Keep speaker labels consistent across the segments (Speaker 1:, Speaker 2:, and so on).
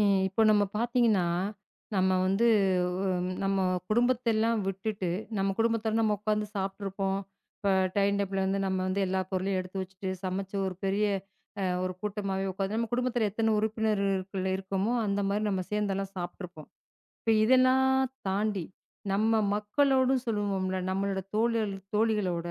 Speaker 1: ம். இப்போ நம்ம பார்த்தீங்கன்னா, நம்ம வந்து நம்ம குடும்பத்தெல்லாம் விட்டுட்டு, நம்ம குடும்பத்தோட நம்ம உட்காந்து சாப்பிட்டுருப்போம். இப்போ டைனிங் டேபிள்ல வந்து நம்ம வந்து எல்லா பொருளையும் எடுத்து வச்சுட்டு, சமைச்சு ஒரு பெரிய ஒரு கூட்டமாவே உட்காந்து நம்ம குடும்பத்தில எத்தனை உறுப்பினர்கள் இருக்கோமோ, அந்த மாரி நம்ம சேர்ந்தெல்லாம் சாப்பிட்டுருப்போம். இப்போ இதெல்லாம் தாண்டி, நம்ம மக்களோடும் சொல்லுவோம்ல, நம்மளோட தோழர் தோழிகளோட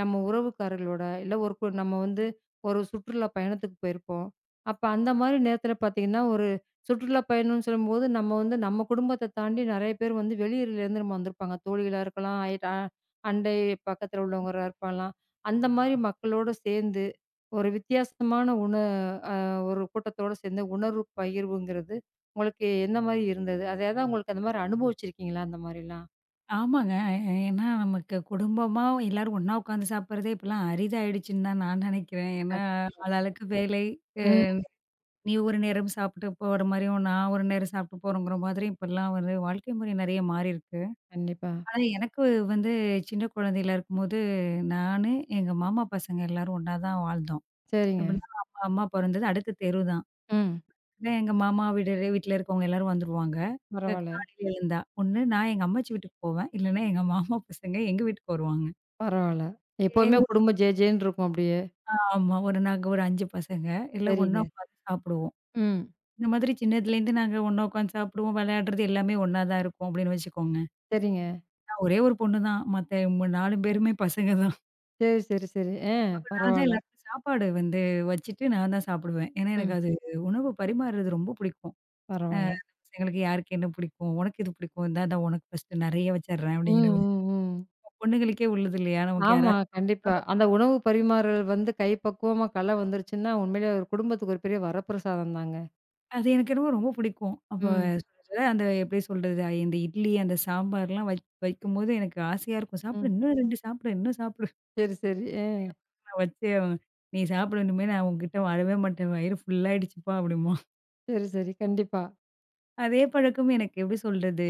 Speaker 1: நம்ம உறவுக்காரர்களோட, இல்ல ஒரு கு நம்ம வந்து ஒரு சுற்றுலா பயணத்துக்கு போயிருப்போம். அப்ப அந்த மாரி நேரத்துல பார்த்தீங்கன்னா, ஒரு சுற்றுலா பயணம்னு சொல்லும்போது, நம்ம வந்து நம்ம குடும்பத்த தாண்டி நெறைய பேர் வந்து வெளியூர்லேருந்து நம்ம வந்திருப்பாங்க. தோழிகளா இருக்கலாம், அயட் அ அண்டை பக்கத்துல உள்ளவங்களா இருக்கலாம். அந்த மாரி மக்களோட சேர்ந்து, ஒரு வித்தியாசமான உண ஒரு கூட்டத்தோட சேர்ந்து உணர்வு பகிர்வுங்கிறது உங்களுக்கு எந்த மாரி இருந்தது? அது ஏதாவது உங்களுக்கு அந்த மாரி அனுபவிச்சிருக்கீங்களா அந்த மாரிலாம்?
Speaker 2: ஆமாங்க. ஏன்னா நமக்கு குடும்பமா எல்லாரும் ஒண்ணா உட்காந்து சாப்பிடுறதே இப்பலாம் அரிதாயிடுச்சுன்னு தான் நான் நினைக்கிறேன். ஏன்னா
Speaker 1: கண்
Speaker 2: ஆளாளுக்கு வேலை, அ
Speaker 1: ம்.
Speaker 2: நீ ஒரு நேரம் சாப்பிட்டு போற மாரியும், நான் ஒரு நேரம் சாப்பிட்டு போறோங்கிற மாதிரி இப்பலாம் ஒரு வாழ்க்கை முறை நெறைய மாறியிருக்கு.
Speaker 1: கண்டிப்பா.
Speaker 2: ஆனா எனக்கு வந்து சின்ன குழந்தையில இருக்கும்போது, நானு, எங்க மாமா பசங்க எல்லாரும் ஒண்ணா தான் வாழ்ந்தோம்.
Speaker 1: சரிங்க.
Speaker 2: எப்படின்னா அம்மா அம்மா பொறந்தது அடுத்த தெரு தான்.
Speaker 1: ம்.
Speaker 2: அதான் எங்க மாமா வீட்ல இருக்கவங்க எல்லாரும் வந்துருவாங்க. க
Speaker 1: பரவால்ல.
Speaker 2: காலையில எழுந்தா. ஒண்ணு நான் எங்க அம்மாச்சி வீட்டுக்கு போவேன். இல்லன்னா எங்க மாமா பசங்க எங்க வீட்டுக்கு வருவாங்க.
Speaker 1: பரவால்ல.
Speaker 2: ஏ
Speaker 1: எப்பவுமே
Speaker 2: ஊரு
Speaker 1: குடும்பம் ஜே ஜேன்னு இருக்கும் அப்படியே.
Speaker 2: ஆமா. ஒரு நாங்க ஒரு 5 பசங்க. எல்லாம் ஒண்ணா
Speaker 1: சரிங்க.
Speaker 2: உட்காந்து சாப்பிடுவோம்.
Speaker 1: ம்.
Speaker 2: இந்த மாதிரி சின்னதுலேருந்து நாங்க ஒண்ணா உட்காந்து சாப்பிடுவோம், விளையாடுறது எல்லாமே ஒண்ணா தான் இருக்கும் அப்படின்னு வச்சுக்கோங்க.
Speaker 1: சரிங்க.
Speaker 2: நான் ஒரே ஒரு பொண்ணு தான். மத்த 4 பேருமே பசங்க தான்.
Speaker 1: சரி, சரி, சரி.
Speaker 2: நான் தான்
Speaker 1: பரவால்ல.
Speaker 2: எல்லாருக்கும் சாப்பாடு வந்து வச்சுட்டு நான் தான் சாப்பிடுவேன். ஏன்னா எனக்கு
Speaker 1: ம்.
Speaker 2: அது உணவு பரிமாறுறது ரொம்ப பிடிக்கும்.
Speaker 1: பரவால்ல.
Speaker 2: பசங்களுக்கு யாருக்கு என்ன பிடிக்கும்? உனக்கு இது பிடிக்கும். இந்தா இந்தா உனக்கு ஃபர்ஸ்ட்டு நெறைய வச்சர்றேன்
Speaker 1: ம்,
Speaker 2: அப்படிங்கிற மாரி.
Speaker 1: ம், ம்.
Speaker 2: பொண்ணுங்களுக்கே உள்ளது இல்லையா? நமக்கு
Speaker 1: ஆமா,
Speaker 2: யாராவது
Speaker 1: கண்டிப்பா. அந்த உணவு பரிமாறுதல் வந்து கைப்பக்குவமா கலை வந்துருச்சுன்னா, உண்மையிலேயே ஒரு குடும்பத்துக்கு ஒரு பெரிய வரப்பிரசாதம் தாங்க.
Speaker 2: அது எனக்கு என்னமோ ரொம்ப பிடிக்கும். அப்ப
Speaker 1: ம்,
Speaker 2: சுட சுட அந்த எப்படி சொல்றது? இந்த இட்லி, அந்த சாம்பார்லாம் வைக்கும்போது எனக்கு ஆசையா இருக்கும். சாப்பிடு
Speaker 1: ம்.
Speaker 2: இன்னும் 2 சாப்பிடு, இன்னும் சாப்பிடு.
Speaker 1: சரி, சரி.
Speaker 2: நான் வச்சே ஆவேன். "நீ சாப்பிடு இனிமே நான் உன்கிட்ட வரவே மாட்டேன். வயிறு ஃபுல் ஆயிடுச்சுப்பா" அப்படிம்பான்.
Speaker 1: சரி, சரி. கண்டிப்பா.
Speaker 2: அதே பழக்கம் எனக்கு எப்படி சொல்றது?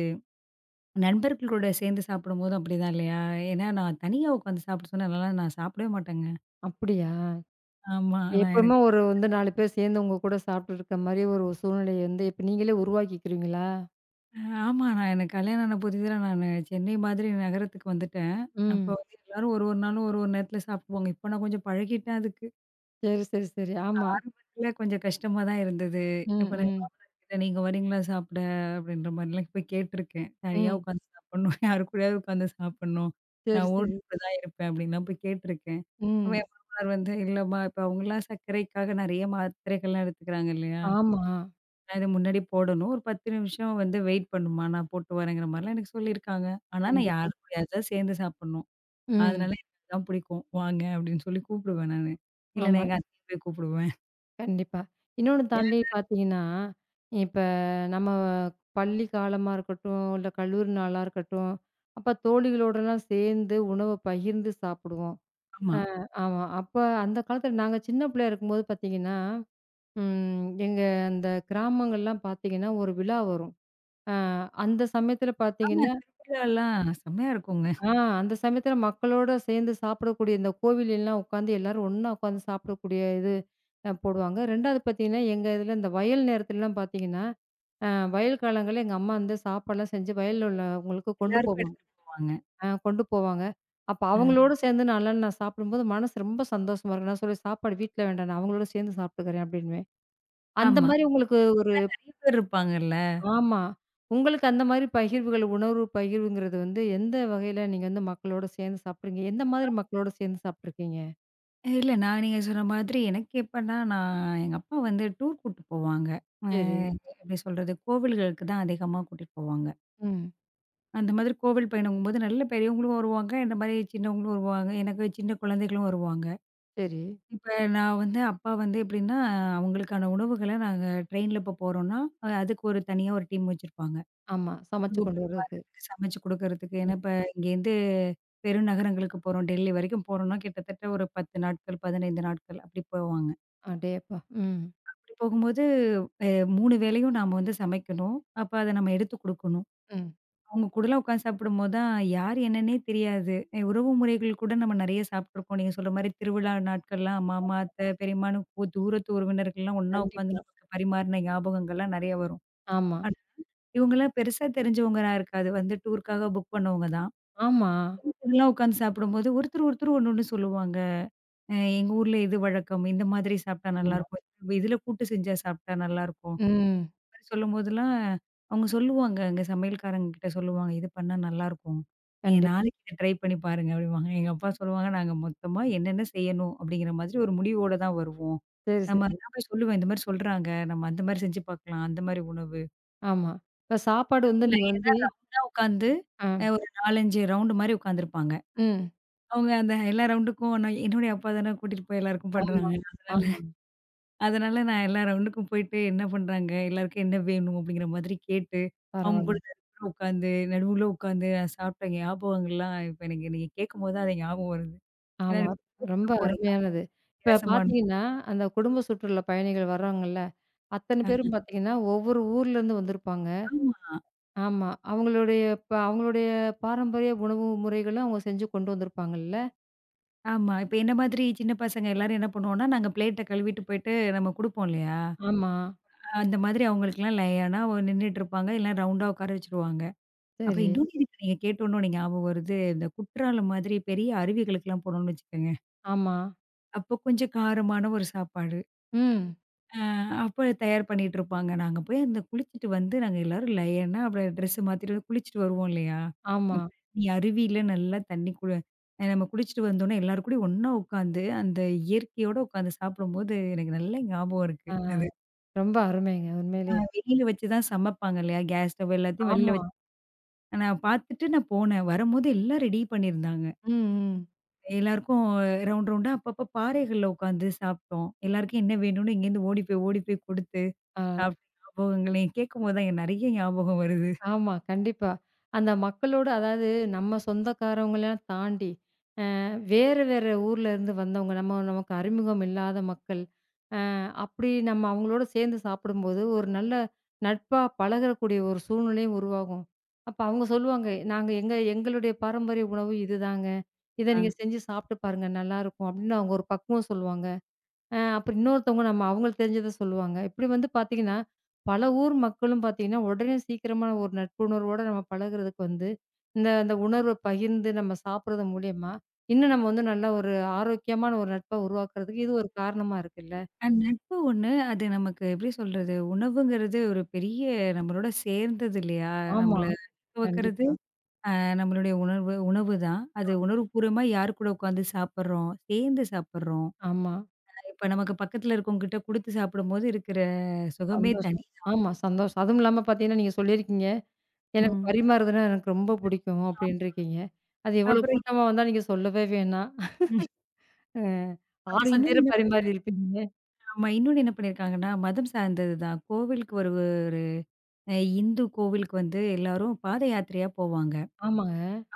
Speaker 2: நண்பர்களோட சேர்ந்து சாப்பிடும்போதும் அப்படிதான் இல்லையா? ஏன்னா நான் தனியா உட்காந்து சாப்பிட சொன்னா, நான்லாம் நான் சாப்பிடவே மாட்டேங்க.
Speaker 1: அப்படியா?
Speaker 2: ஆமா. நான்
Speaker 1: எப்பவுமே
Speaker 2: எனக்கு
Speaker 1: ஒரு வந்து 4 பேர் சேர்ந்து உங்க கூட சாப்பிட்டுட்டு இருக்க மாரி ஒரு சூழ்நிலைய வந்து இப்ப நீங்களே உருவாக்கிக்கிறீங்களா?
Speaker 2: அ ஆமா. நான் எனக்கு கல்யாணம் ஆன புதிதில நானு சென்னை மாதிரி நகரத்துக்கு வந்துட்டேன். அப்போ
Speaker 1: ம்.
Speaker 2: வந்து எல்லாரும் ஒரு ஒரு நாளும் ஒரு ஒரு நேரத்தில சாப்பிடுவாங்க. இப்போ நான் கொஞ்சம் பழகிட்டேன் அதுக்கு.
Speaker 1: சரி, சரி, சரி. ஆமா.
Speaker 2: ஆரம்பத்தில கொஞ்சம் கஷ்டமா தான் இருந்தது.
Speaker 1: ம்,
Speaker 2: இப்ப நான் என்
Speaker 1: ம்.
Speaker 2: மாமனார்கிட்ட "நீங்க வரீங்களா சாப்பிட?" அப்படின்ற மாரிலாம் போய் கேட்டுருக்கேன். தனியா
Speaker 1: ம்.
Speaker 2: உட்காந்து சாப்பிடணும். யாரு கூடயாவது உட்காந்து சாப்பிடணும்.
Speaker 1: சரி,
Speaker 2: நான்
Speaker 1: சரி.
Speaker 2: ஓடிட்டு தான் இருப்பேன் அப்படின்லாம் போய் கேட்டுருக்கேன். அப்ப
Speaker 1: ம்.
Speaker 2: என் மாமனார் வந்து, "இல்லம்மா" இப்ப அவங்கலாம் சர்க்கரைக்காக நெறைய மாத்திரைகள்லாம் எடுத்துக்கிறாங்க இல்லையா?
Speaker 1: ஆமா.
Speaker 2: அது முன்னாடி போடணும். ஒரு 10 நிமிஷம் வந்து வெயிட் பண்ணுமா, நான் போட்டு வரேங்கிற மாரிலாம் எனக்கு சொல்லியிருக்காங்க. ஆனா நான்
Speaker 1: கண்டிப்பா.
Speaker 2: யார் கூடயாவது தான் சேர்ந்து சாப்பிடணும். அதனால
Speaker 1: ம்.
Speaker 2: எனக்கு அதான் பிடிக்கும். வாங்க அப்படின்னு சொல்லி கூப்பிடுவேன் நானு. இல்லன்னா
Speaker 1: ஆமா.
Speaker 2: எங்க அத்தைய போய் கூப்பிடுவேன்.
Speaker 1: கண்டிப்பா. இன்னொன்னு
Speaker 2: இல்ல
Speaker 1: தாண்டி பார்த்தீங்கன்னா, இப்ப நம்ம பள்ளி காலமா இருக்கட்டும், இல்ல கல்லூரி நாளா இருக்கட்டும், அப்ப தோழிகளோடலாம் சேர்ந்து உணவ பகிர்ந்து சாப்பிடுவோம்.
Speaker 2: ஆமா.
Speaker 1: அ ஆமா. அப்ப அந்த காலத்துல நாங்க சின்ன பிள்ளையா இருக்கும்போது பார்த்தீங்கன்னா, ம் எங்க அந்த கிராமங்கள்லாம் பார்த்தீங்கன்னா, ஒரு விழா வரும். அ அந்த சமயத்துல
Speaker 2: ஆமா
Speaker 1: பார்த்தீங்கன்னா
Speaker 2: திருவிழாலாம் செம்மையா இருக்குங்க.
Speaker 1: ஆ அந்த சமயத்துல மக்களோட சேர்ந்து சாப்பிடக்கூடிய இந்த கோவிலெல்லாம் உட்காந்து எல்லாரும் ஒண்ணா உட்காந்து சாப்பிடக்கூடிய இது அ போடுவாங்க. 2வது பார்த்தீங்கன்னா, எங்க இதுல இந்த வயல் நேரத்துலலாம் பார்த்தீங்கன்னா, அ வயல் காலங்கள்ல எங்க அம்மா வந்து சாப்பாடுலாம் செஞ்சு வயல்ல உள்ளவங்களுக்கு கொண்டு
Speaker 2: எல்லாருக்கும்
Speaker 1: போவாங்க.
Speaker 2: எடுத்துட்டு போவாங்க.
Speaker 1: கொண்டு போவாங்க. அப்ப ம்.
Speaker 2: அ
Speaker 1: அவங்களோட சேர்ந்து நான் சாப்பிடும்போது மனசு ரொம்ப சந்தோஷமா இருக்கும். நான் சொல்லுவேன், "சாப்பாடு வீட்ல வேண்டாம். நான் அவங்களோட சேர்ந்து சாப்பிட்டுக்கிறேன்" அப்படின்னுவேன். அந்த
Speaker 2: ஆமா.
Speaker 1: மாரி உங்களுக்கு
Speaker 2: நெறைய பேர் இருப்பாங்கல்ல.
Speaker 1: ஆமா. உங்களுக்கு அந்த மாரி பகிர்வுகள், உணர்வு பகிர்வுங்கிறது வந்து எந்த வகையில நீங்க வந்து மக்களோட சேர்ந்து சாப்பிடுறீங்க? எந்த மாதிரி மக்களோட சேர்ந்து சாப்பிட்டுருக்கீங்க?
Speaker 2: இல்ல நான் நீங்க சொன்ன மாதிரி எனக்கு எப்பன்னா, நான் எங்க அப்பா வந்து டூர் கூட்டு போவாங்க. அ
Speaker 1: சரி.
Speaker 2: எப்படி சொல்றது, கோவில்களுக்கு தான் அதிகமா கூட்டிட்டு போவாங்க.
Speaker 1: ம்.
Speaker 2: அந்த மாதிரி கோவில் பயணங்கும்போது நல்ல பெரியவங்களும் வருவாங்க. என்ன மாரி சின்னவங்களும் வருவாங்க. எனக்கு சின்ன குழந்தைகளும் வருவாங்க.
Speaker 1: சரி.
Speaker 2: இப்ப நான் வந்து அப்பா வந்து எப்படின்னா, அவங்களுக்கான உணவுகள நாங்க ட்ரெயின்ல இப்போ போறோம்னா, அதுக்கு ஒரு தனியா ஒரு டீம் வச்சிருப்பாங்க.
Speaker 1: ஆமா. சமைச்சு
Speaker 2: உணவு
Speaker 1: கொண்டு வர்றதுக்கு.
Speaker 2: பரிமாறுறதுக்கு, சமைச்சு குடுக்கறதுக்கு.
Speaker 1: ம்.
Speaker 2: ஏன்னா இப்ப இங்கேருந்து பெருநகரங்களுக்கு போறோம். டெல்லி வரைக்கும் போறோம்னா கிட்டத்தட்ட ஒரு 10 நாட்கள், 15 நாட்கள் அப்படி போவாங்க.
Speaker 1: அடேயப்பா! ம்.
Speaker 2: அப்படி போகும்போது, அ 3 வேளையும் நாம வந்து சமைக்கணும். அப்ப அத நம்ம எடுத்து குடுக்கணும்.
Speaker 1: ம்.
Speaker 2: அவங்க கூடலாம் உட்காந்து சாப்பிடும்போது தான், யார் என்னன்னே தெரியாது. உறவு முறைகள் கூட நம்ம நெறைய சாப்ட்டுருக்கோம். நீங்க சொல்ற மாரி திருவிழா நாட்கள்லாம் மாமா, அத்தை, பெரியம்மான்னு தூரத்து உறவினர்கள்லாம் ஒண்ணா உட்காந்து
Speaker 1: கண்டிப்பா.
Speaker 2: நமக்கு பரிமாறின ஞாபகங்கள்லாம் நெறைய வரும்.
Speaker 1: ஆமா.
Speaker 2: ஆனா, இவங்கலாம் பெருசா தெரிஞ்சவங்களா இருக்காது. வந்து டூருக்காக புக் பண்ணவங்க தான்.
Speaker 1: ஆமா,
Speaker 2: இதெல்லாம் உட்காந்து சாப்பிடும்போது ஒருத்தர், ஒருத்தர் ஒண்ணு, ஒண்ணு சொல்லுவாங்க. எங்க ஊர்ல இது வழக்கம். இந்த மாதிரி சாப்ட்டா
Speaker 1: ஆமா.
Speaker 2: நல்லாருக்கும். இதுல கூட்டு செஞ்சா சாப்ட்டா நல்லாருக்கும்."
Speaker 1: ம்.
Speaker 2: சொல்லும்போதெல்லாம், அவங்க சொல்லுவாங்க. அங்க சமையல்காரங்க கிட்ட சொல்லுவாங்க. "இது பண்ணா நல்லாருக்கும். நீங்க
Speaker 1: கண்டிப்
Speaker 2: நாளைக்கு இத ட்ரை பண்ணி பாருங்க" அப்படிம்பாங்க. எங்க அப்பா சொல்லுவாங்க, "நாங்க மொத்தமா என்னென்ன செய்யணும் அப்படிங்கிற மாதிரி ஒரு முடிவோட தான் வருவோம்.
Speaker 1: சரி,
Speaker 2: நம்ம
Speaker 1: சரி.
Speaker 2: நான் போய் சொல்லுவேன், இந்த மாரி சொல்றாங்க. நம்ம அந்த மாரி செஞ்சு பாக்கலாம். அந்த மாரி உணவு."
Speaker 1: ஆமா. இப்ப சாப்பாடு வந்து
Speaker 2: அதுவும்
Speaker 1: நீங்க
Speaker 2: லைனா
Speaker 1: வந்து
Speaker 2: உட்காந்து
Speaker 1: ஆ.
Speaker 2: ஒரு 4, 5 ரவுண்டு மாரி உட்காந்துருப்பாங்க.
Speaker 1: ம்.
Speaker 2: அவங்க அந்த எல்லா ரவுண்டுக்கும் நான் என்னுடைய அப்பா தானே கூட்டிட்டு போய் எல்லாருக்கும்
Speaker 1: ஆமா,
Speaker 2: பண்றாங்க. அதனால
Speaker 1: ஆமா.
Speaker 2: அதனால நான் எல்லா ரவுண்டுக்கும் போயிட்டு என்ன பண்றாங்க? எல்லாருக்கும் என்ன வேணும்? அப்படிங்கிற மாதிரி கேட்டு, அவங்க
Speaker 1: பரவால்ல.
Speaker 2: கூட நடுவுல உட்காந்து நடுவுல உட்காந்து நான் சாப்பிட்ட ஞாபகங்கள்லாம் இப்ப எனக்கு நீங்க கேட்கும்போது தான் அது ஞாபகம் வருது. ஏன்னா
Speaker 1: ஆமா. ரொம்ப
Speaker 2: டூர்லாம் போனீங்கன்னா
Speaker 1: அருமையானது. இப்ப
Speaker 2: வித்தியாசமா இருந்துச்சு.
Speaker 1: பார்த்தீங்கன்னா, அந்த குடும்ப சுற்றுலா பயணிகள் வர்றாங்கல்ல அத்தன பேரும் பார்த்தீங்கன்னா, ஒவ்வொரு ஊர்லேருந்து வந்திருப்பாங்க.
Speaker 2: ஆமா,
Speaker 1: ஆமா. அவங்களுடைய அவங்களுடைய பாரம்பரிய உணவு முறைகளும் அவங்க செஞ்சு கொண்டு வந்திருப்பாங்கல்ல.
Speaker 2: ஆமா. இப்ப என்ன மாதிரி சின்ன பசங்க எல்லாரும் என்ன பண்ணுவோம்னா, நாங்க பிளேட்ட கழுவிட்டு போயிட்டு நம்ம குடுப்போம் இல்லையா?
Speaker 1: ஆமா.
Speaker 2: அந்த மாதிரி அவங்களுக்கெல்லாம் லைனா நின்னுட்டு இருப்பாங்க. இல்லன்னா ரவுண்டா உட்கார வச்சுருவாங்க. அப்ப
Speaker 1: சரி.
Speaker 2: இன்னொன்னு எனக்கு நீங்க கேட்டோன்னே ஒண்ணு ஞாபகம் வருது. இந்த குற்றாலம் மாதிரி பெரிய அருவிகளுக்கெல்லாம் போனோம்னு வச்சுக்கோங்க.
Speaker 1: ஆமா.
Speaker 2: அப்போ கொஞ்சம் காரமான ஒரு சாப்பாடு.
Speaker 1: ம்.
Speaker 2: அ அப்ப தயார் பண்ணிட்டுருப்பாங்க. நாங்க போய் அந்த குளிச்சுட்டு வந்து நாங்க எல்லாரும் லயனா அப்புறம் ட்ரெஸ் மாத்திட்டு வந்து குளிச்சுட்டு வருவோம் இல்லையா?
Speaker 1: ஆமா.
Speaker 2: ம் தண்ணி அருவியில நல்லா தண்ணி குளு அ நம்ம குளிச்சுட்டு வந்தோனே எல்லாரும் கூடயும் ஒண்ணா உட்காந்து, அந்த இயற்கையோட உட்காந்து சாப்பிடும்போது எனக்கு நல்ல ஞாபகம் இருக்கு
Speaker 1: ஆ
Speaker 2: அது.
Speaker 1: ரொம்ப அருமைங்க உண்மையிலயே.
Speaker 2: வெளியில வச்சு தான் சமைப்பாங்க இல்லையா? கேஸ் ஸ்டவ் எல்லாத்தையும் வெளியில
Speaker 1: ஆமா.
Speaker 2: வச்சு நான் பார்த்துட்டு நான் போனேன். வரும்போது எல்லாம் ரெடி பண்ணியிருந்தாங்க.
Speaker 1: ம், ம்.
Speaker 2: எல்லாருக்கும் ரவுண்ட் ரவுண்டா அப்பப்ப பாறைகள்ல உட்காந்து சாப்பிட்டோம். எல்லாருக்கும் என்ன வேணும்னு இங்கேருந்து ஓடி போய் ஓடி போய் கொடுத்து
Speaker 1: ஆ
Speaker 2: சாப்பிட்ட ஞாபகங்களே கேட்கும்போது தான் நெறைய ஞாபகம் வருது.
Speaker 1: ஆமா. கண்டிப்பா. அந்த மக்களோட அதாவது நம்ம சொந்தக்காரவங்கலாம் தாண்டி வேறு வேறு ஊர்ல இருந்து வந்தவங்க, நம்ம நமக்கு அறிமுகம் இல்லாத மக்கள். அ அப்படி நம்ம அவங்களோட சேர்ந்து சாப்பிடும்போது, ஒரு நல்ல நட்பா பழகக்கூடிய ஒரு சூழ்நிலையும் உருவாகும். அப்ப அவங்க சொல்லுவாங்க, "நாங்க எங்க எங்களுடைய பாரம்பரிய உணவு இதுதாங்க. இத
Speaker 2: ஆ.
Speaker 1: நீங்க செஞ்சு சாப்பிட்டு பாருங்க. நல்லாருக்கும்." அப்படின்னு அவங்க ஒரு பக்குவம் சொல்லுவாங்க. அப்புறம் இன்னொருத்தவங்க நம்ம அவங்களுக்கு தெரிஞ்சத சொல்லுவாங்க. இப்படி வந்து பார்த்தீங்கன்னா, பல ஊர் மக்களும் பார்த்தீங்கன்னா, உடனே சீக்கிரமா ஒரு நட்புணர்வோட நம்ம பழகுறதுக்கு வந்து, இந்த அந்த உணர்வ பகிர்ந்து நம்ம சாப்பிடுறது மூலியமா, இன்னும் நம்ம வந்து நல்ல ஒரு ஆரோக்கியமான ஒரு நட்ப உருவாக்குறதுக்கு இது ஒரு காரணமா இருக்குல்ல.
Speaker 2: நட்பு ஒண்ணு அது நமக்கு எப்படி சொல்றது? உணவுங்கிறது ஒரு பெரிய நம்மளோட சேர்ந்தது இல்லையா?
Speaker 1: ஆமா.
Speaker 2: நம்மள துவக்கிறது.
Speaker 1: கண்டிப்பா.
Speaker 2: நம்மளுடைய உணர்வு உணவு தான். அது உணர்வுபூர்வமா யார் கூட உட்காந்து சாப்பிடுறோம், சேர்ந்து சாப்பிடுறோம்.
Speaker 1: ஆமா.
Speaker 2: இப்ப நமக்கு பக்கத்துல இருக்கவங்ககிட்ட குடுத்து சாப்பிடும்போது இருக்கிற சுகமே
Speaker 1: சந்தோஷம்.
Speaker 2: தனிதான்.
Speaker 1: ஆமா சந்தோஷம். அதுவும் இல்லாம பார்த்தீங்கன்னா, நீங்க சொல்லியிருக்கீங்க, "எனக்கு
Speaker 2: ம்.
Speaker 1: பரிமாறுதுன்னா எனக்கு ரொம்ப பிடிக்கும்"
Speaker 2: அ
Speaker 1: அப்படின்ருக்கீங்க. அது எவ்வளவு
Speaker 2: அப்புறம்
Speaker 1: கூட்டமா வந்தா நீங்க சொல்லவே வேணாம்.
Speaker 2: ம் அப்புறம்
Speaker 1: ஆசை தீர
Speaker 2: இன்னொன்னு என்ன பண்ணிருக்காங்க.
Speaker 1: பரிமாறியிருப்பீங்க.
Speaker 2: ஆமா, இன்னொன்னு என்ன பண்ணியிருக்காங்கன்னா, மதம் சார்ந்தது தான். கோவிலுக்கு ஒரு ஒரு இந்து கோவிலுக்கு வந்து எல்லாரும் பாத யாத்திரையா போவாங்க.
Speaker 1: ஆமா.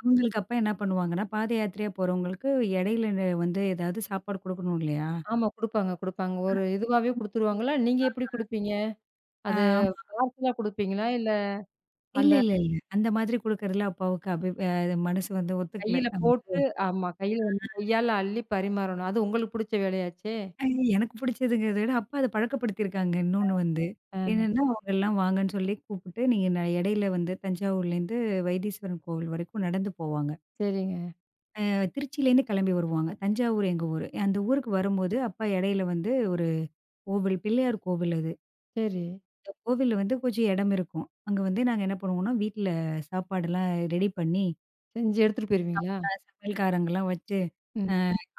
Speaker 2: அவங்களுக்கு அப்ப என்ன பண்ணுவாங்கன்னா, பாத யாத்திரையா போறவங்களுக்கு இடையில வந்து ஏதாவது சாப்பாடு குடுக்கணும் இல்லையா?
Speaker 1: ஆமா. குடுப்பாங்க, குடுப்பாங்க. ஒரு இதுவாவே குடுத்துருவாங்களா? நீங்க எப்படி குடுப்பீங்க?
Speaker 2: ஆ
Speaker 1: அது பார்சலா குடுப்பீங்களா? இல்ல
Speaker 2: இல்ல,
Speaker 1: அந்த
Speaker 2: இல்ல, இல்ல. அந்த மாதிரி குடுக்கறதுல அப்ப அவுக்கு அபி அ மனசு வந்து ஒத்துக்கல.
Speaker 1: கையில
Speaker 2: நம்ம வந்து
Speaker 1: போட்டு ஆமா. கையில வந்து கையால அள்ளி பரிமாறணும். அது உங்களுக்கு புடிச்ச வேலையாச்சே!
Speaker 2: அ எனக்கு பிடிச்சதுங்கிறத விட, அப்பா அத பழக்கப்படுத்தியிருக்காங்க இன்னொன்னு வந்து.
Speaker 1: ஆ
Speaker 2: என்னன்னா, அவங்கலாம் வாங்கன்னு சொல்லி கூப்பிட்டு, நீங்க இடையில வந்து தஞ்சாவூர்லேருந்து வைத்தீஸ்வரன் கோவில் வரைக்கும் நடந்து போவாங்க.
Speaker 1: சரிங்க.
Speaker 2: திருச்சியிலேருந்து கிளம்பி வருவாங்க. தஞ்சாவூர் எங்க ஊரு. அந்த ஊருக்கு வரும்போது, அப்பா இடையில வந்து ஒரு கோவில் பிள்ளையார் கோவில் அது.
Speaker 1: சரி.
Speaker 2: இந்த கோவில் வந்து கொஞ்சம் இடம் இருக்கும். அங்க வந்து நாங்க என்ன பண்ணுவோம்னா, வீட்ல சாப்பாடுலாம் ரெடி பண்ணி,
Speaker 1: செஞ்சு எடுத்துட்டு போயிருவீங்களா?
Speaker 2: சமையல்காரங்கலாம் வச்சு,
Speaker 1: ம்.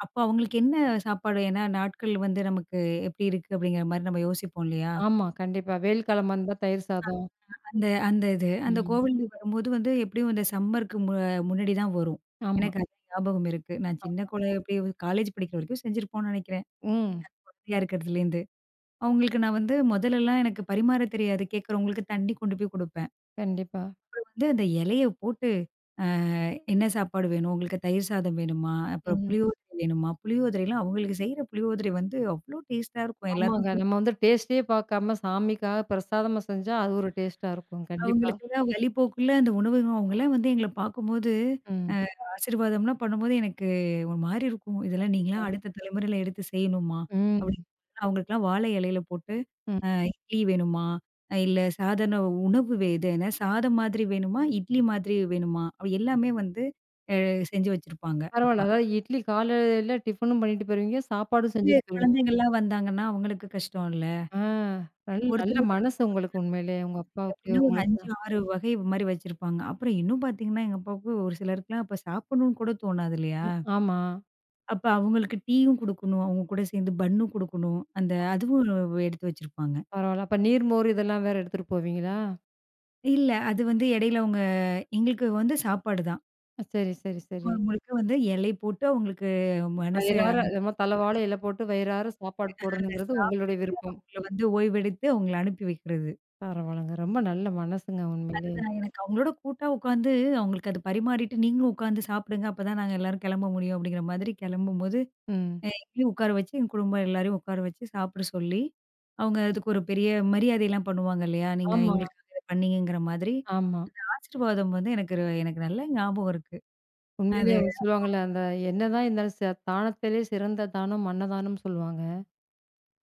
Speaker 2: அப்போ அவங்களுக்கு என்ன சாப்பாடு ஏன்னா நாட்கள் வந்து நமக்கு எப்படி இருக்கு அப்படிங்கிற மாரி நம்ம யோசிப்போம் இல்லையா?
Speaker 1: ஆமா. கண்டிப்பா. வெயில் காலமா இருந்தா தயிர் சாதம்.
Speaker 2: அந்த அந்த இது. அந்த
Speaker 1: ம்.
Speaker 2: கோவிலுக்கு வரும்போது வந்து எப்படியும் இந்த சம்மருக்கு மு முன்னாடி தான் வரும்.
Speaker 1: ஆமா,
Speaker 2: எனக்கு அது ஞாபகம் இருக்கு. நான் சின்ன
Speaker 1: ஆமா.
Speaker 2: எப்படி காலேஜ் படிக்கிற வரைக்கும் செஞ்சிருப்போம்னு நினைக்கிறேன்.
Speaker 1: ம்.
Speaker 2: குழந்தையா இருக்கிறதுலேருந்து. அவங்களுக்கு நான் வந்து முதல்லலாம் எனக்கு பரிமாற தெரியாது. கேட்குறவங்களுக்கு தண்ணி கொண்டு போய் குடுப்பேன்.
Speaker 1: கண்டிப்பா.
Speaker 2: வந்து அந்த இலைய போட்டு, அ என்ன சாப்பாடு வேணும்? உங்களுக்கு தயிர் சாதம் வேணுமா? அப்புறம்
Speaker 1: ம்.
Speaker 2: புளியோதரை வேணுமா? புளியோதரைலாம் அவங்களுக்கு செய்ற புளியோதரை வந்து அவ்ளோ டேஸ்ட்டா இருக்கும். எல்லாருக்கும்
Speaker 1: ஆமாங்க. நம்ம வந்து டேஸ்ட்டே பார்க்காம சாமிக்காக பிரசாதமா செஞ்சா அது ஒரு டேஸ்ட்டா இருக்கும். கண்டிப்பா.
Speaker 2: அவங்களுக்கெல்லாம் வழி போக்குல அந்த உணவகம் அவங்கலாம் வந்து எங்கள பார்க்கும்போது,
Speaker 1: ம்.
Speaker 2: ஆசீர்வாதம்லாம் பண்ணும்போது எனக்கு ஒரு மாரி இருக்கும். இதெல்லாம் நீங்களா
Speaker 1: கண்டிப்பா.
Speaker 2: அடுத்த தலைமுறையில எடுத்து செய்யணுமா?
Speaker 1: ம்.
Speaker 2: அப்படின்னு அவங்களுக்கெல்லாம் வாழை இலையில போட்டு,
Speaker 1: ம்.
Speaker 2: இட்லி வேணுமா? இல்ல சாதாரண உணவு இது என்ன சாதம் மாதிரி வேணுமா? இட்லி மாதிரி வேணுமா? அப்படி எல்லாமே வந்து அ செஞ்சு வச்சிருப்பாங்க. அப்ப
Speaker 1: பரவால்ல. அதாவது இட்லி காலையில டிஃபனும் பண்ணிட்டு போயிருவீங்க. சாப்பாடும்
Speaker 2: சிறு
Speaker 1: செஞ்சுட்டு போயிருவீங்க.
Speaker 2: குழந்தைங்கள்லாம் வந்தாங்கன்னா, அவங்களுக்கு கஷ்டம் இல்ல.
Speaker 1: ஆ நல்ல நல்ல
Speaker 2: ஒருத்தர் ஒருத்தர்
Speaker 1: மனசு உங்களுக்கு உண்மையிலேயே. உங்க அப்பாவுக்கு
Speaker 2: எப்படின்னா ஒரு 5,
Speaker 1: உங்களுக்குலாம்.
Speaker 2: 6 வகை மாரி வச்சிருப்பாங்க. அப்புறம் இன்னும் பார்த்தீங்கன்னா, எங்க அப்பாவுக்கு ஒரு சிலருக்குலாம் அப்ப சாப்பிடணும்னு கூட தோணாது இல்லையா?
Speaker 1: ம். ஆமா.
Speaker 2: அப்ப அவங்களுக்கு டீயும் குடுக்கணும். அவங்க கூட சேர்ந்து பன்னும் குடுக்கணும். அந்த அதுவும் எடுத்து வச்சிருப்பாங்க.
Speaker 1: பரவால்ல. அப்ப நீர் மோர் இதெல்லாம் வேற எடுத்துட்டு போவீங்களா?
Speaker 2: இல்ல அது வந்து இடையில அவங்க எங்களுக்கு வந்து சாப்பாடு தான்.
Speaker 1: அ, சரி, சரி, சரி.
Speaker 2: முழுக்க வந்து எல்லை போட்டு அவங்களுக்கு மனச
Speaker 1: வயிறார நம்ம தலவாழ இல போட்டு வயிறார சாப்பாடு போடணுங்கிறது உங்களுடைய
Speaker 2: சாப்பிட்டுட்டு
Speaker 1: விருப்பம்.
Speaker 2: அவங்கள வந்து ஓய்வெடுத்து அவங்கள அனுப்பி வைக்கிறது.
Speaker 1: பரவால்லங்க. ரொம்ப நல்ல மனசுங்க உண்மையிலேயே.
Speaker 2: அதுதான். எனக்கு அவங்களோட கூட்டா உட்காந்து, அவங்களுக்கு அது பரிமாறிட்டு, "நீங்களும் உட்காந்து சாப்பிடுங்க. அப்பதான் நாங்க எல்லாரும் கிளம்ப முடியும்." அப்படிங்கிற மாதிரி கிளம்பும்போது,
Speaker 1: ம்.
Speaker 2: எங்களையும் உட்கார வச்சு, எங்க குடும்பம் எல்லாரையும் உட்கார வச்சு சாப்பிட சொல்லி, அவங்க அதுக்கு ஒரு பெரிய மரியாதைலாம் பண்ணுவாங்க இல்லையா? "நீங்க
Speaker 1: ஆமா,
Speaker 2: எங்களுக்காக இத பண்ணீங்கங்கிற" மாதிரி.
Speaker 1: ஆமா.
Speaker 2: ஆசீர்வாதம் வந்து எனக்கு எனக்கு நல்ல ஞாபகம் இருக்கு. அது
Speaker 1: உண்மையிலேயே வந்து சொல்லுவாங்கல்ல, அந்த என்னதான் இருந்தாலும் தானத்திலே சிறந்த தானம் அன்னதானம்னு சொல்லுவாங்க.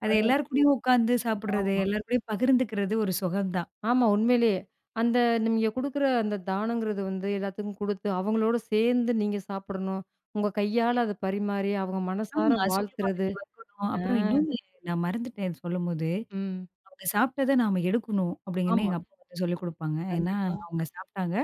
Speaker 2: அது
Speaker 1: அது
Speaker 2: எல்லார் கூடயும் உட்காந்து சாப்பிடுறது,
Speaker 1: ஆமா.
Speaker 2: எல்லார் கூடயும் பகிர்ந்துக்கிறது ஒரு சுகம் தான்.
Speaker 1: ஆமா. உண்மையிலேயே. அந்த நீங்க குடுக்குற அந்த தானங்கிறது வந்து எல்லாத்துக்கும் குடுத்து, அவங்களோட சேர்ந்து நீங்க சாப்பிடணும். உங்க கையால அத பரிமாறி, அவங்க மனசார
Speaker 2: ஆமா. சொல்லுவாங்க,
Speaker 1: வாழ்த்துறது.
Speaker 2: "நீ வரணும்."
Speaker 1: ஆ.
Speaker 2: அப்புறம் இன்னொன்னு நான் மறந்துட்டேன் சொல்லும்போது.
Speaker 1: ம்.
Speaker 2: அவங்க சாப்பிட்டத நாம எடுக்கணும் அப்டிங்கன்னு
Speaker 1: ஆமா.
Speaker 2: எங்க அப்பா வந்து சொல்லிக் குடுப்பாங்க. ஏன்னா
Speaker 1: கண்டிப்பா.
Speaker 2: அவங்க சாப்ட்டாங்க.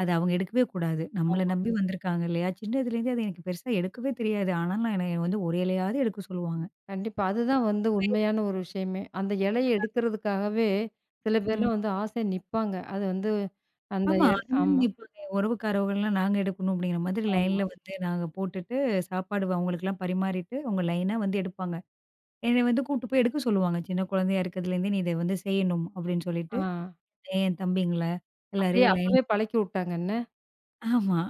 Speaker 2: அத அவங்க எடுக்கவே கூடாது. நம்மள
Speaker 1: ஆமா.
Speaker 2: நம்பி வந்திருக்காங்க இல்லையா? சின்னதுலேருந்தே அது எனக்கு பெருசா எடுக்கவே தெரியாது. ஆனாலும் என்னைய வந்து ஒரு இலையாவது எடுக்க சொல்லுவாங்க.
Speaker 1: கண்டிப்பா. அதுதான் வந்து
Speaker 2: வயது
Speaker 1: உண்மையான ஒரு விஷயமே. அந்த இலைய எடுக்கிறதுக்காகவே சில
Speaker 2: ம்.
Speaker 1: பேர்லாம் வந்து ஆசையா நிப்பாங்க. அது வந்து அந்த
Speaker 2: ஆமா.
Speaker 1: எ
Speaker 2: அந்த மாரி
Speaker 1: ஆமா,
Speaker 2: நிப்பாங்க. உறவுக்காரவங்கலாம் நாங்க எடுக்கணும் அப்டிங்கிற மாதிரி
Speaker 1: ஆமா.
Speaker 2: லைன்ல வந்து நாங்க போட்டுட்டு சாப்பாடு அவங்களுக்கெல்லாம் பரிமாறிட்டு அவங்க லைனா வந்து எடுப்பாங்க. என்னைய வந்து கூட்டு போய் எடுக்க சொல்லுவாங்க. சின்ன குழந்தையா இருக்கிறதுலேருந்தே நீ இத வந்து செய்யணும் அப்டின்னு சொல்லிட்டு,
Speaker 1: ஆ.
Speaker 2: என் தம்பிங்கள
Speaker 1: அப்படியே
Speaker 2: எல்லாரையும் லைன்.
Speaker 1: அப்பவே பழக்கி விட்டாங்க என்ன?
Speaker 2: ஆமா.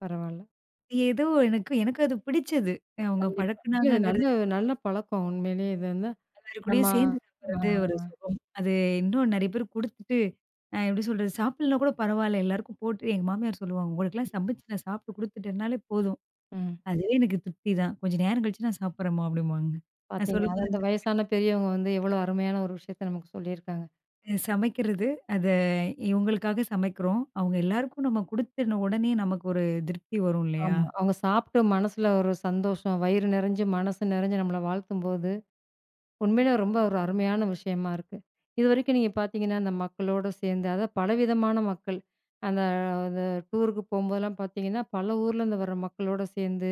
Speaker 1: பரவால்ல.
Speaker 2: ஏதோ எனக்கு எனக்கு அது பிடிச்சது. அவங்க
Speaker 1: கண்டிப்பா. இல்ல இது
Speaker 2: பழக்குனாங்கங்கிறது,
Speaker 1: நல்ல நல்ல பழக்கம் உண்மையிலேயே இது வந்து.
Speaker 2: எல்லார்
Speaker 1: நம்ம
Speaker 2: கூடயும் சேர்ந்து
Speaker 1: ஆ.
Speaker 2: சாப்பிடுறது ஒரு சுகம். அது இன்னும் நெறைய பேர் குடுத்துட்டு, எப்படி சொல்றது? சாப்பிடலனா கூட பரவால்ல. எல்லாருக்கும் போட்டு எங்க மாமியார் சொல்லுவாங்க, "உங்களுக்கெல்லாம் சமைச்சு நான் சாப்பிட்டு குடுத்துட்டேன்னாலே போதும்.
Speaker 1: ம்.
Speaker 2: அதுவே எனக்கு திருப்தி தான். கொஞ்சம் நேரம் கழிச்சு நான் சாப்பிடுறேன்மா" அப்படிம்பாங்க. நான்
Speaker 1: பார்த்தீங்களா? அது
Speaker 2: சொல்லும்போது
Speaker 1: அந்த வயசான பெரியவங்க வந்து எவ்வளோ அருமையான ஒரு விஷயத்த நமக்கு சொல்லியிருக்காங்க.
Speaker 2: சமைக்கிறது, அத இவங்களுக்காக சமைக்கிறோம். அவங்க எல்லாருக்கும் நம்ம குடுத்துன உடனே நமக்கு ஒரு திருப்தி வரும் இல்லையா?
Speaker 1: ஆமா. அவங்க சாப்ட்டு மனசுல ஒரு சந்தோஷம், வயிறு நெறஞ்சு, மனசு நெறஞ்சு நம்மள வாழ்த்தும்போது, உண்மையிலே ரொம்ப ஒரு அருமையான விஷயமா இருக்கு. இதுவரைக்கும் நீங்க பார்த்தீங்கன்னா, அந்த மக்களோட சேர்ந்து அதாவது பலவிதமான மக்கள். அந்த அது டூருக்கு போம்போதெல்லாம் பார்த்தீங்கன்னா, பல ஊர்லேருந்து வர மக்களோட சேர்ந்து,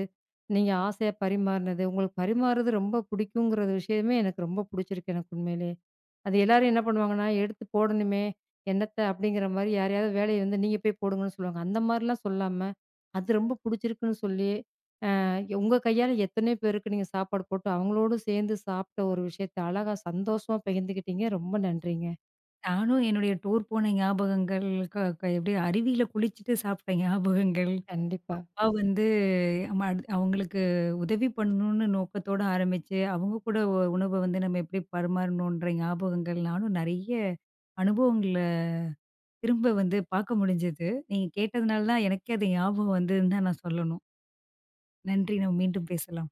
Speaker 1: நீங்க ஆசையா பரிமாறினது, உங்களுக்கு பரிமாறுறது ரொம்ப பிடிக்குங்கிற விஷயமே எனக்கு ரொம்ப பிடிச்சிருக்கு எனக்கு உண்மையிலே. அது எல்லாரும் என்ன பண்ணுவாங்கன்னா, "எடுத்து போடணுமே, என்னத்த?" அப்படிங்கிற மாரி யாரையாவது வேலைய வந்து நீங்க போய் போடுங்கன்னு சொல்லுவாங்க. அந்த மாரிலாம் சொல்லாம, அது ரொம்ப புடிச்சிருக்குன்னு சொல்லி, அ உங்க கையால எத்தனையோ பேருக்கு நீங்க சாப்பாடு போட்டு, அவங்களோடு சேர்ந்து சாப்பிட்ட ஒரு விஷயத்த அழகா சந்தோஷமா பகிர்ந்துக்கிட்டீங்க. ரொம்ப நன்றிங்க.
Speaker 2: நானும் என்னுடைய டூர் போன ஞாபகங்கள், க க எப்படி அருவியில குளிச்சுட்டு சாப்பிட்ட ஞாபகங்கள்.
Speaker 1: கண்டிப்பா.
Speaker 2: அப்பா வந்து அம அவங்களுக்கு உதவி பண்ணணும்னு நோக்கத்தோட ஆரம்பிச்சு, அவங்க கூட உணவ வந்து நம்ம எப்படி பரிமாறணுன்ற ஞாபகங்கள் நானும் நெறைய அனுபவங்கள திரும்ப வந்து பார்க்க முடிஞ்சது. நீங்க கேட்டதுனால தான் எனக்கே அது ஞாபகம் வந்ததுன்னு தான் நான் சொல்லணும். நன்றி. நம்ம மீண்டும் பேசலாம்.